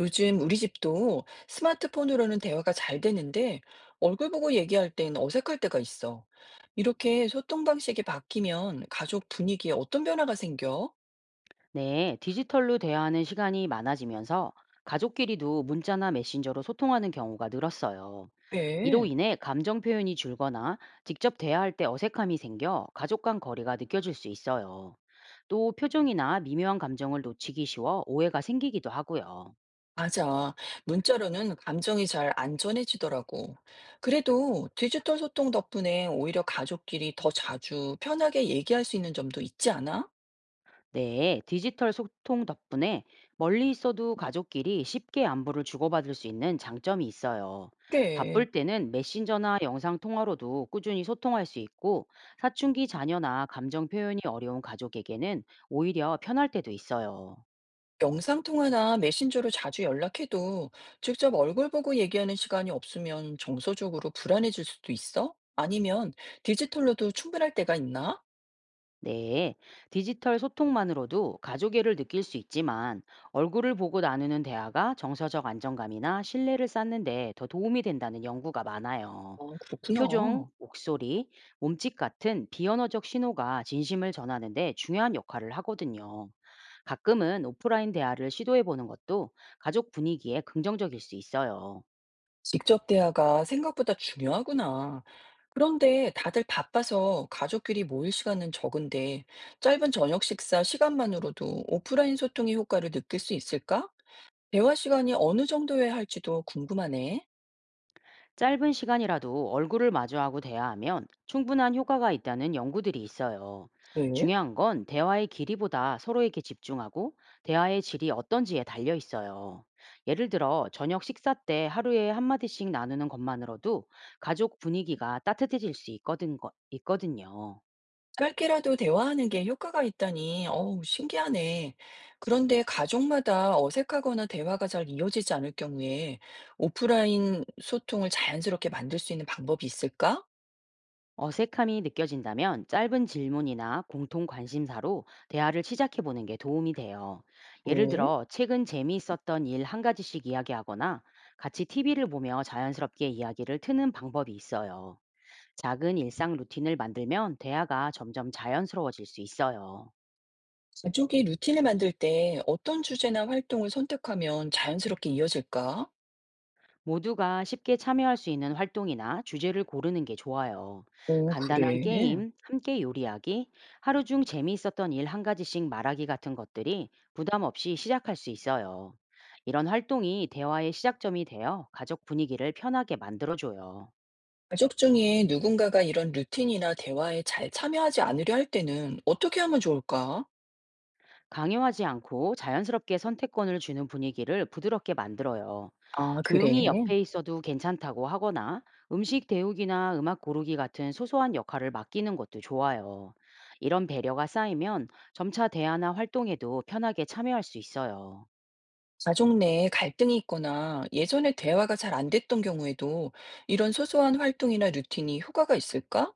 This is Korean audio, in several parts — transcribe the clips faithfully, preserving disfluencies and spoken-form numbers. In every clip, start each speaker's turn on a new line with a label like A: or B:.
A: 요즘 우리 집도 스마트폰으로는 대화가 잘 되는데 얼굴 보고 얘기할 땐 어색할 때가 있어. 이렇게 소통 방식이 바뀌면 가족 분위기에 어떤 변화가 생겨?
B: 네, 디지털로 대화하는 시간이 많아지면서 가족끼리도 문자나 메신저로 소통하는 경우가 늘었어요. 이로
A: 네,
B: 인해 감정 표현이 줄거나 직접 대화할 때 어색함이 생겨 가족 간 거리가 느껴질 수 있어요. 또 표정이나 미묘한 감정을 놓치기 쉬워 오해가 생기기도 하고요.
A: 맞아. 문자로는 감정이 잘 안 전해지더라고. 그래도 디지털 소통 덕분에 오히려 가족끼리 더 자주 편하게 얘기할 수 있는 점도 있지 않아?
B: 네, 디지털 소통 덕분에 멀리 있어도 가족끼리 쉽게 안부를 주고받을 수 있는 장점이 있어요.
A: 그래.
B: 바쁠 때는 메신저나 영상 통화로도 꾸준히 소통할 수 있고, 사춘기 자녀나 감정 표현이 어려운 가족에게는 오히려 편할 때도 있어요.
A: 영상통화나 메신저로 자주 연락해도 직접 얼굴 보고 얘기하는 시간이 없으면 정서적으로 불안해질 수도 있어? 아니면 디지털로도 충분할 때가 있나?
B: 네, 디지털 소통만으로도 가족애를 느낄 수 있지만, 얼굴을 보고 나누는 대화가 정서적 안정감이나 신뢰를 쌓는 데 더 도움이 된다는 연구가 많아요.
A: 아,
B: 표정,
A: 그렇구나.
B: 목소리, 몸짓 같은 비언어적 신호가 진심을 전하는데 중요한 역할을 하거든요. 가끔은 오프라인 대화를 시도해 보는 것도 가족 분위기에 긍정적일 수 있어요.
A: 직접 대화가 생각보다 중요하구나. 그런데 다들 바빠서 가족끼리 모일 시간은 적은데 짧은 저녁 식사 시간만으로도 오프라인 소통의 효과를 느낄 수 있을까? 대화 시간이 어느 정도여야 할지도 궁금하네.
B: 짧은 시간이라도 얼굴을 마주하고 대화하면 충분한 효과가 있다는 연구들이 있어요.
A: 네.
B: 중요한 건 대화의 길이보다 서로에게 집중하고 대화의 질이 어떤지에 달려 있어요. 예를 들어 저녁 식사 때 하루에 한마디씩 나누는 것만으로도 가족 분위기가 따뜻해질 수 있거든, 거- 있거든요.
A: 짧게라도 대화하는 게 효과가 있다니, 어우, 신기하네. 그런데 가족마다 어색하거나 대화가 잘 이어지지 않을 경우에 오프라인 소통을 자연스럽게 만들 수 있는 방법이 있을까?
B: 어색함이 느껴진다면 짧은 질문이나 공통 관심사로 대화를 시작해 보는 게 도움이 돼요. 예를
A: 네.
B: 들어, 최근 재미있었던 일 한 가지씩 이야기하거나 같이 티비를 보며 자연스럽게 이야기를 트는 방법이 있어요. 작은 일상 루틴을 만들면 대화가 점점 자연스러워질 수 있어요.
A: 가족이 루틴을 만들 때 어떤 주제나 활동을 선택하면 자연스럽게 이어질까?
B: 모두가 쉽게 참여할 수 있는 활동이나 주제를 고르는 게 좋아요.
A: 오,
B: 간단한
A: 그래.
B: 게임, 함께 요리하기, 하루 중 재미있었던 일 한 가지씩 말하기 같은 것들이 부담 없이 시작할 수 있어요. 이런 활동이 대화의 시작점이 되어 가족 분위기를 편하게 만들어줘요.
A: 가족 중에 누군가가 이런 루틴이나 대화에 잘 참여하지 않으려 할 때는 어떻게 하면 좋을까?
B: 강요하지 않고 자연스럽게 선택권을 주는 분위기를 부드럽게 만들어요.
A: 아, 그래.
B: 조용히 옆에 있어도 괜찮다고 하거나 음식 데우기나 음악 고르기 같은 소소한 역할을 맡기는 것도 좋아요. 이런 배려가 쌓이면 점차 대화나 활동에도 편하게 참여할 수 있어요.
A: 가족 내에 갈등이 있거나 예전에 대화가 잘 안 됐던 경우에도 이런 소소한 활동이나 루틴이 효과가 있을까?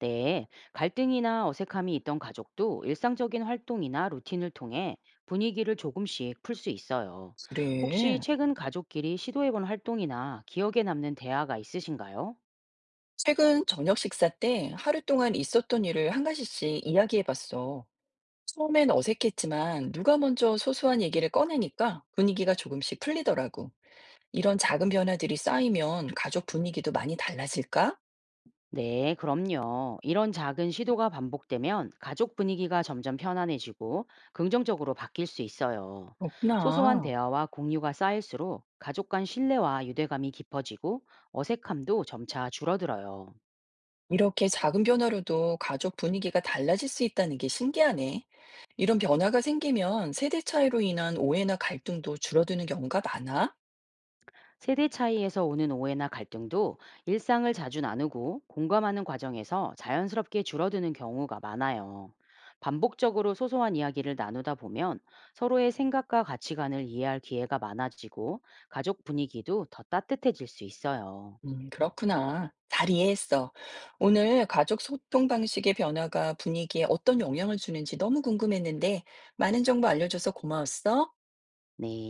B: 네, 갈등이나 어색함이 있던 가족도 일상적인 활동이나 루틴을 통해 분위기를 조금씩 풀 수 있어요. 혹시
A: 그래.
B: 최근 가족끼리 시도해본 활동이나 기억에 남는 대화가 있으신가요?
A: 최근 저녁 식사 때 하루 동안 있었던 일을 한 가지씩 이야기해 봤어. 처음엔 어색했지만 누가 먼저 소소한 얘기를 꺼내니까 분위기가 조금씩 풀리더라고. 이런 작은 변화들이 쌓이면 가족 분위기도 많이 달라질까?
B: 네, 그럼요. 이런 작은 시도가 반복되면 가족 분위기가 점점 편안해지고 긍정적으로 바뀔 수 있어요. 소소한
A: 그렇구나.
B: 대화와 공유가 쌓일수록 가족 간 신뢰와 유대감이 깊어지고 어색함도 점차 줄어들어요.
A: 이렇게 작은 변화로도 가족 분위기가 달라질 수 있다는 게 신기하네. 이런 변화가 생기면 세대 차이로 인한 오해나 갈등도 줄어드는 경우가 많아?
B: 세대 차이에서 오는 오해나 갈등도 일상을 자주 나누고 공감하는 과정에서 자연스럽게 줄어드는 경우가 많아요. 반복적으로 소소한 이야기를 나누다 보면 서로의 생각과 가치관을 이해할 기회가 많아지고 가족 분위기도 더 따뜻해질 수 있어요.
A: 음, 그렇구나. 잘 이해했어. 오늘 가족 소통 방식의 변화가 분위기에 어떤 영향을 주는지 너무 궁금했는데 많은 정보 알려줘서 고마웠어.
B: 네.